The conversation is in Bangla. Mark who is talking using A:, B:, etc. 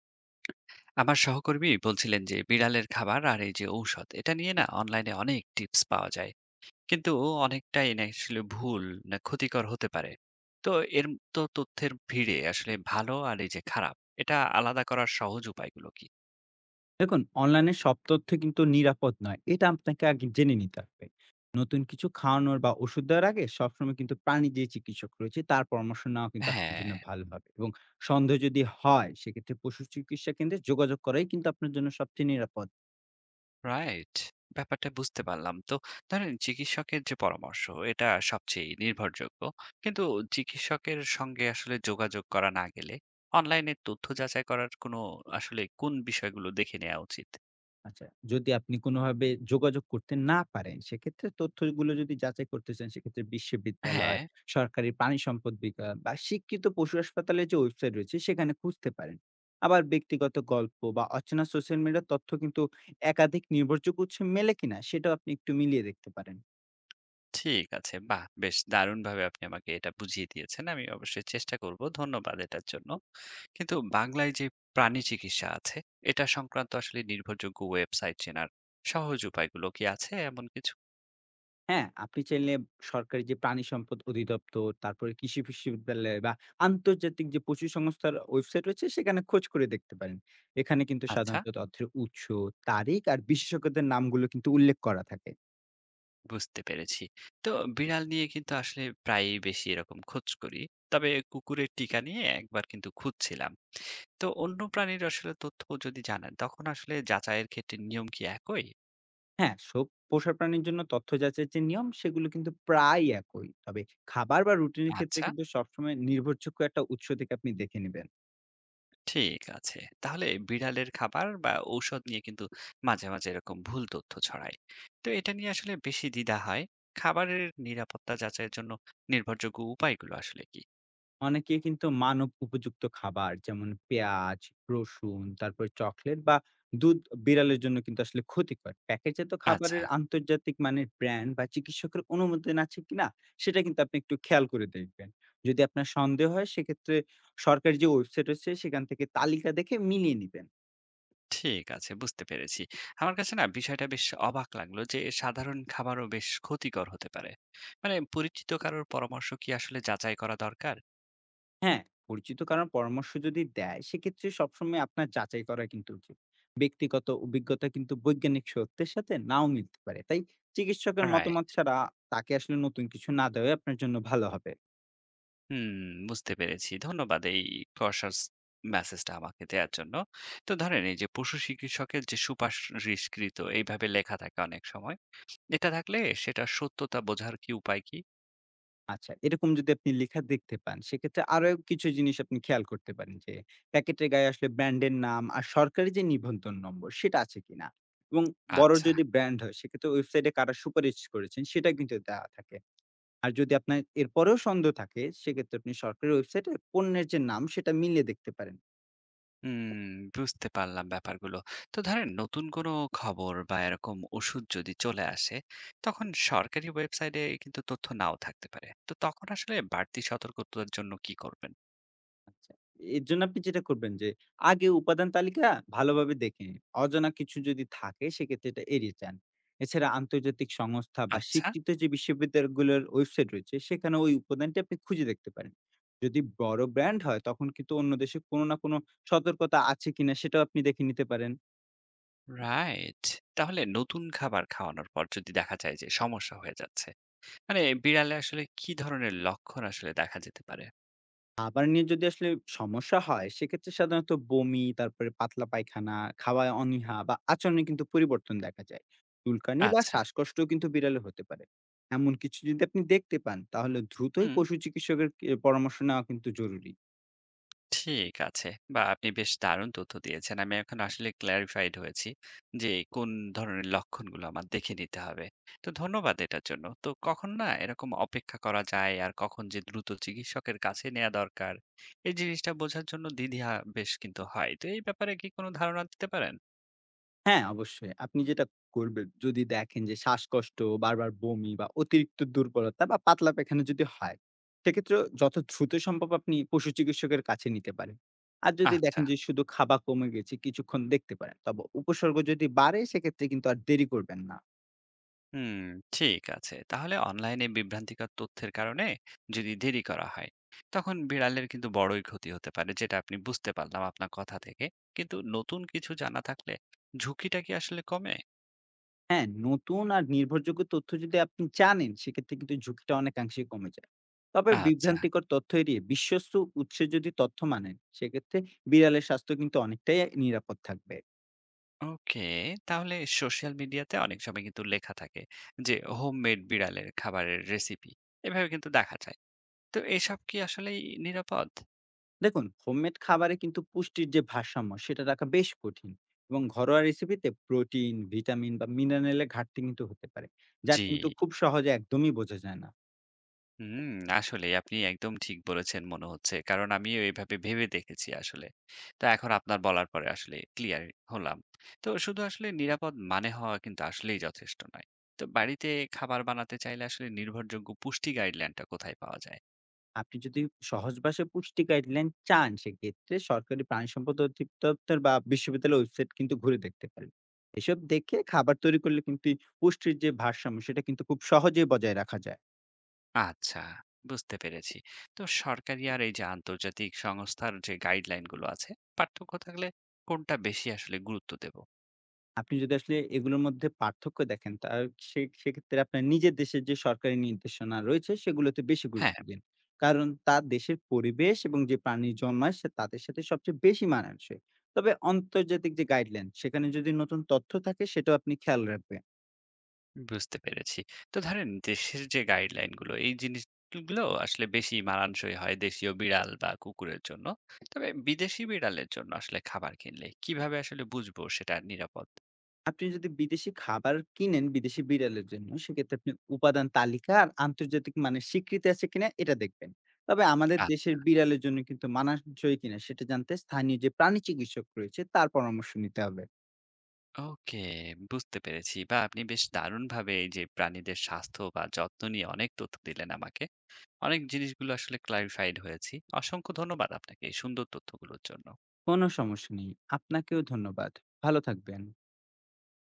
A: আমার সহকর্মী বলছিলেন যে বিড়ালের খাবার আর এই যে ঔষধ এটা নিয়ে না অনলাইনে অনেক টিপস পাওয়া যায় কিন্তু অনেকটাই না আসলে ভুল না ক্ষতিকর হতে পারে তো এর তো তথ্যের ভিড়ে আসলে ভালো আর এই যে খারাপ এটা আলাদা করার সহজ উপায়গুলো কি?
B: দেখুন, অনলাইনে সব তথ্য কিন্তু নিরাপদ নয়। এটা আপনাকে আগে জেনে নিতে হবে। নতুন কিছু খাওয়ানোর বা ওষুধ দেওয়ার আগে সবসময় কিন্তু প্রাণী যে চিকিৎসক রয়েছে তার পরামর্শ নেওয়া কিন্তু আপনার
A: হ্যাঁ।
B: জন্য ভালো হবে, এবং সন্দেহ যদি হয় সেক্ষেত্রে পশু চিকিৎসা কেন্দ্রে যোগাযোগ করাই কিন্তু আপনার জন্য সবচেয়ে নিরাপদ।
A: রাইট। ব্যাপারটা বুঝতে পারলাম তো ধরেন চিকিৎসকের যে পরামর্শ এটা সবচেয়ে নির্ভরযোগ্য কিন্তু চিকিৎসকের সঙ্গে আসলে যোগাযোগ করা না গেলে অনলাইনে তথ্য যাচাই করার কোনো আসলে কোন বিষয়গুলো দেখে নেওয়া উচিত?
B: আচ্ছা, যদি আপনি কোনোভাবে যোগাযোগ করতে না পারেন, সেক্ষেত্রে তথ্যগুলো যদি যাচাই করতে চান, সেক্ষেত্রে বিশ্ববিদ্যালয়,
A: হ্যাঁ,
B: সরকারি প্রাণী সম্পদ বিভাগ বা স্বীকৃত পশু হাসপাতালের যে ওয়েবসাইট রয়েছে, সেখানে খুঁজতে পারেন। আবার ব্যক্তিগত গল্প বা অচেনা সোশ্যাল মিডিয়ার তথ্য কিন্তু একাধিক নির্ভরযোগ্য উৎসে মেলে কিনা, সেটাও আপনি একটু মিলিয়ে দেখতে পারেন।
A: ঠিক আছে। বাহ! বেশ দারুণভাবে আপনি আমাকে এটা বুঝিয়ে দিয়েছেন। আমি অবশ্যই চেষ্টা করব। ধন্যবাদ এটার জন্য। কিন্তু বাংলায় যে প্রাণী চিকিৎসা আছে, এটা সংক্রান্ত আসলে নির্ভরযোগ্য ওয়েবসাইট চেনার সহজ উপায়গুলো কি আছে এমন কিছু?
B: হ্যাঁ, আপনি চাইলে সরকারি যে প্রাণী সম্পদ অধিদপ্তর, তারপরে কৃষি বিশ্ববিদ্যালয় বা আন্তর্জাতিক যে পশু সংস্থার ওয়েবসাইট রয়েছে সেখানে খোঁজ করে দেখতে পারেন। এখানে কিন্তু
A: আচ্ছা,
B: সাধারণত তথ্যের উৎস, তারিখ আর বিশেষজ্ঞদের নামগুলো কিন্তু উল্লেখ করা থাকে।
A: বুঝতে পেরেছি। তো বিড়াল নিয়ে কিন্তু আসলে প্রায়ই বেশি এরকম খোঁজ করি। তবে কুকুরের টিকা নিয়ে একবার কিন্তু খুঁজছিলাম। তো অন্য প্রাণীর আসলে তথ্য যদি জানেন, তখন আসলে যাচাইয়ের ক্ষেত্রে নিয়ম কি একই?
B: হ্যাঁ, সব পোষা প্রাণীর জন্য তথ্য যাচাইয়ের যে নিয়ম সেগুলো কিন্তু প্রায় একই। তবে খাবার বা রুটিনের ক্ষেত্রে
A: আচ্ছা।
B: কিন্তু সবসময় নির্ভরযোগ্য একটা উৎস থেকে আপনি দেখে নিবেন।
A: ঠিক আছে। তাহলে বিড়ালের খাবার বা ঔষধ নিয়ে কিন্তু মাঝে মাঝে এরকম ভুল তথ্য ছড়ায়। তো এটা নিয়ে আসলে বেশি দ্বিধা হয়। খাবারের নিরাপত্তা যাচাইয়ের জন্য নির্ভরযোগ্য উপায়গুলো আসলে কি?
B: অনেকে কিন্তু মানব উপযুক্ত খাবার যেমন পেঁয়াজ, রসুন, তারপরে চকলেট বা দুধ বিড়ালের জন্য কিন্তু আসলে ক্ষতিকর। প্যাকেটজাত
A: আচ্ছা,
B: খাবারের আন্তর্জাতিক মানের ব্র্যান্ড বা চিকিৎসকের অনুমোদন আছে কিনা সেটা কিন্তু আপনি একটু খেয়াল করে দেখবেন। যদি আপনার সন্দেহ হয় সেক্ষেত্রে সরকারি যে ওয়েবসাইট রয়েছে সেখান থেকে তালিকা দেখে মিলিয়ে নিবেন।
A: ঠিক আছে, বুঝতে পেরেছি। আমার কাছে না বিষয়টা বেশ অবাক লাগলো যে সাধারণ খাবারও বেশ ক্ষতিকর হতে পারে। মানে পরিচিত কারোর পরামর্শ কি আসলে যাচাই করা দরকার?
B: হ্যাঁ, পরিচিত কারো পরামর্শ যদি দেয় সেক্ষেত্রে সবসময় আপনার যাচাই করা কিন্তু উচিত। ব্যক্তিগত অভিজ্ঞতা কিন্তু বৈজ্ঞানিক সত্যের সাথে নাও মিলতে পারে। তাই চিকিৎসকের
A: রাইট।
B: মতামত ছাড়া তাকে আসলে নতুন কিছু না দেওয়াই আপনার জন্য ভালো হবে।
A: হুম, বুঝতে পেরেছি। ধন্যবাদ এই প্রশাস মেসেজটা আমাকে দেয়ার জন্য। তো ধরেন এই যে পশু চিকিৎসকের যে সুপারিশকৃত এইভাবে লেখা থাকে অনেক সময়। এটা থাকলে সেটার সত্যতা বোঝার কি উপায় কি?
B: আচ্ছা, এরকম যদি আপনি লেখা দেখতে পান সেক্ষেত্রে আরো কিছু জিনিস আপনি খেয়াল করতে পারেন যে প্যাকেটের গায়ে আসলে ব্র্যান্ডের নাম আর সরকারি যে নিবন্ধন নম্বর সেটা আছে কিনা, এবং বড়
A: আচ্ছা।
B: যদি ব্র্যান্ড হয় সেক্ষেত্রে ওয়েবসাইটে কারা সুপারিশ করেছেন সেটা কিন্তু দেওয়া থাকে। আর যদি আপনার এরপরেও সন্দেহ থাকে সেক্ষেত্রে আপনি সরকারি ওয়েবসাইটে পণ্যের যে নাম সেটা মিলিয়ে দেখতে পারেন।
A: হুম, বুঝতে পারলাম ব্যাপারগুলো। তো ধরেন নতুন কোনো খবর বা এরকম ওষুধ যদি চলে আসে, তখন সরকারি ওয়েবসাইটে কিন্তু তথ্য নাও থাকতে পারে। তো তখন আসলে বাড়তি সতর্কতার জন্য কি করবেন?
B: আচ্ছা, এর জন্য আপনি যেটা করবেন যে আগে উপাদান তালিকা ভালোভাবে দেখে নিন। অজানা কিছু যদি থাকে সেক্ষেত্রে এটা এড়িয়ে যান। এছাড়া আন্তর্জাতিক সংস্থা বা
A: আচ্ছা।
B: স্বীকৃত যে বিশ্ববিদ্যালয়গুলোর ওয়েবসাইট রয়েছে সেখানে ওই উপাদানটি আপনি খুঁজে দেখতে পারেন। যদি বড় ব্র্যান্ড হয় তখন কিন্তু অন্য দেশে কোনো না কোনো সতর্কতা আছে কিনা সেটাও আপনি দেখে নিতে পারেন।
A: রাইট। তাহলে নতুন খাবার খাওয়ানোর পর যদি দেখা যায় যে সমস্যা হয়ে যাচ্ছে মানে বিড়ালে আসলে কি ধরনের লক্ষণ আসলে দেখা যেতে পারে?
B: খাবার নিয়ে যদি আসলে সমস্যা হয়, সেক্ষেত্রে সাধারণত বমি, তারপরে পাতলা পায়খানা, খাওয়ায় অনীহা বা আচরণে কিন্তু পরিবর্তন দেখা যায়। চুলকানি বা
A: আচ্ছা।
B: শ্বাসকষ্টও কিন্তু বিড়ালে হতে পারে। এমন কিছু যদি আপনি দেখতে পান, তাহলে দ্রুতই
A: হুম।
B: পশু চিকিৎসকের কে পরামর্শ নেওয়া কিন্তু জরুরি।
A: ঠিক আছে। বা আপনি বেশ দারুণ তথ্য দিয়েছেন, আমি এখন আসলে ক্ল্যারিফাইড হয়েছি যে কোন ধরনের লক্ষণগুলো আমার দেখে নিতে হবে। তো ধন্যবাদ এটার জন্য। তো কখন না এরকম অপেক্ষা করা যায় আর কখন যে দ্রুত চিকিৎসকের কাছে নেওয়া দরকার এই জিনিসটা বোঝার জন্য দ্বিধা বেশ কিন্তু হয়, তো এই ব্যাপারে কি কোনো ধারণা দিতে পারেন?
B: হ্যাঁ, অবশ্যই। আপনি যেটা করবেন, যদি দেখেন যে শ্বাসকষ্ট, বারবার বমি বা অতিরিক্ত দুর্বলতা বা পাতলা পায়খানা যদি হয়, সেক্ষেত্রে যত দ্রুত সম্ভব আপনি পশু চিকিৎসকের কাছে নিতে পারেন। আর যদি
A: আচ্ছা।
B: দেখেন যে শুধু খাওয়া কমে গেছে, কিছুক্ষণ দেখতে পারেন। তবে উপসর্গ যদি বাড়ে, সেক্ষেত্রে কিন্তু আর দেরি করবেন না।
A: হুম, ঠিক আছে। তাহলে অনলাইনে বিভ্রান্তিকর তথ্যের কারণে যদি দেরি করা হয়, তখন বিড়ালের কিন্তু বড়ই ক্ষতি হতে পারে, যেটা আপনি বুঝতে পারলাম আপনার কথা থেকে। কিন্তু নতুন কিছু জানা থাকলে ঝুঁকিটা কি আসলে কমে?
B: হ্যাঁ, নতুন আর নির্ভরযোগ্য তথ্য যদি আপনি জানেন, সেক্ষেত্রে কিন্তু ঝুঁকিটা অনেকাংশেই কমে যায়। তবে
A: আচ্ছা,
B: বিভ্রান্তিকর তথ্য এড়িয়ে বিশ্বস্ত উৎসে যদি তথ্য মানেন, সেক্ষেত্রে বিড়ালের স্বাস্থ্য কিন্তু অনেকটাই নিরাপদ থাকবে।
A: ওকে। তাহলে সোশ্যাল মিডিয়াতে অনেক সময় কিন্তু লেখা থাকে যে হোমমেড বিড়ালের খাবারের রেসিপি। এভাবে কিন্তু দেখা যায়। তো এসব কি আসলেই নিরাপদ?
B: দেখুন, হোমমেড খাবারে কিন্তু পুষ্টির যে ভারসাম্য সেটা রাখা বেশ কঠিন, এবং ঘরোয়া রেসিপিতে প্রোটিন, ভিটামিন বা মিনারেলের ঘাটতি কিন্তু হতে পারে, যা
A: জি।
B: কিন্তু খুব সহজে একদমই বোঝা যায় না।
A: হুম, আসলেই আপনি একদম ঠিক বলেছেন মনে হচ্ছে। কারণ আমিও এভাবে ভেবে দেখেছি আসলে। তো এখন আপনার বলার পরে আসলে ক্লিয়ার হলাম। তো শুধু আসলে নিরাপদ মানে হওয়া কিন্তু আসলেই যথেষ্ট নয়। তো বাড়িতে খাবার বানাতে চাইলে আসলে নির্ভরযোগ্য পুষ্টি গাইডলাইনটা কোথায় পাওয়া যায়?
B: আপনি যদি সহজ ভাষায় পুষ্টি গাইডলাইন চান, সেক্ষেত্রে সরকারি প্রাণী সম্পদ অধিদপ্তর বা বিশ্ববিদ্যালয়ের ওয়েবসাইট কিন্তু ঘুরে দেখতে পারেন। এসব দেখে খাবার তৈরি করলে কিন্তু এই পুষ্টির যে ভারসাম্য সেটা কিন্তু খুব সহজেই বজায় রাখা যায়।
A: আচ্ছা, বুঝতে পেরেছি। তো সরকারি আর এই যে আন্তর্জাতিক সংস্থার যে গাইডলাইনগুলো আছে, পার্থক্য থাকলে কোনটা বেশি আসলে গুরুত্ব দেব?
B: আপনি যদি আসলে এগুলোর মধ্যে পার্থক্য দেখেন, সে সেক্ষেত্রে আপনার নিজের দেশের যে সরকারি নির্দেশনা রয়েছে, সেগুলোতে বেশি
A: হ্যাঁ।
B: গুরুত্ব দিন। কারণ তার দেশের পরিবেশ এবং যে প্রাণী জন্মায়, সে তাদের সাথে সবচেয়ে বেশি মানানসই। তবে আন্তর্জাতিক যে গাইডলাইন, সেখানে যদি নতুন তথ্য থাকে, সেটাও আপনি খেয়াল রাখবেন।
A: বুঝতে পেরেছি। তো ধরেন দেশের যে গাইডলাইন গুলো এই জিনিসগুলো আসলে বেশি মানানসই হয় দেশীয় বিড়াল বা কুকুরের জন্য। তবে বিদেশি বিড়ালের জন্য আসলে খাবার কিনলে কিভাবে আসলে বুঝবো সেটা নিরাপদ?
B: আপনি যদি বিদেশি খাবার কিনেন বিদেশি বিড়ালের জন্য, সেক্ষেত্রে আপনি উপাদান তালিকা আর আন্তর্জাতিক মানের স্বীকৃতি আছে কিনা এটা দেখবেন। তবে আমাদের
A: আচ্ছা,
B: দেশের বিড়ালের জন্য কিন্তু মানানসই কিনা সেটা জানতে স্থানীয় যে প্রাণী চিকিৎসক রয়েছে তার পরামর্শ নিতে হবে।
A: ওকে, বুঝতে পেরেছি। বা আপনি বেশ দারুণভাবে এই যে প্রাণীদের স্বাস্থ্য বা যত্ন নিয়ে অনেক তথ্য দিলেন আমাকে। অনেক জিনিসগুলো আসলে ক্লারিফাইড হয়েছি। অসংখ্য ধন্যবাদ আপনাকে এই সুন্দর তথ্যগুলোর জন্য।
B: কোনো সমস্যা নেই। আপনাকেও ধন্যবাদ। ভালো থাকবেন।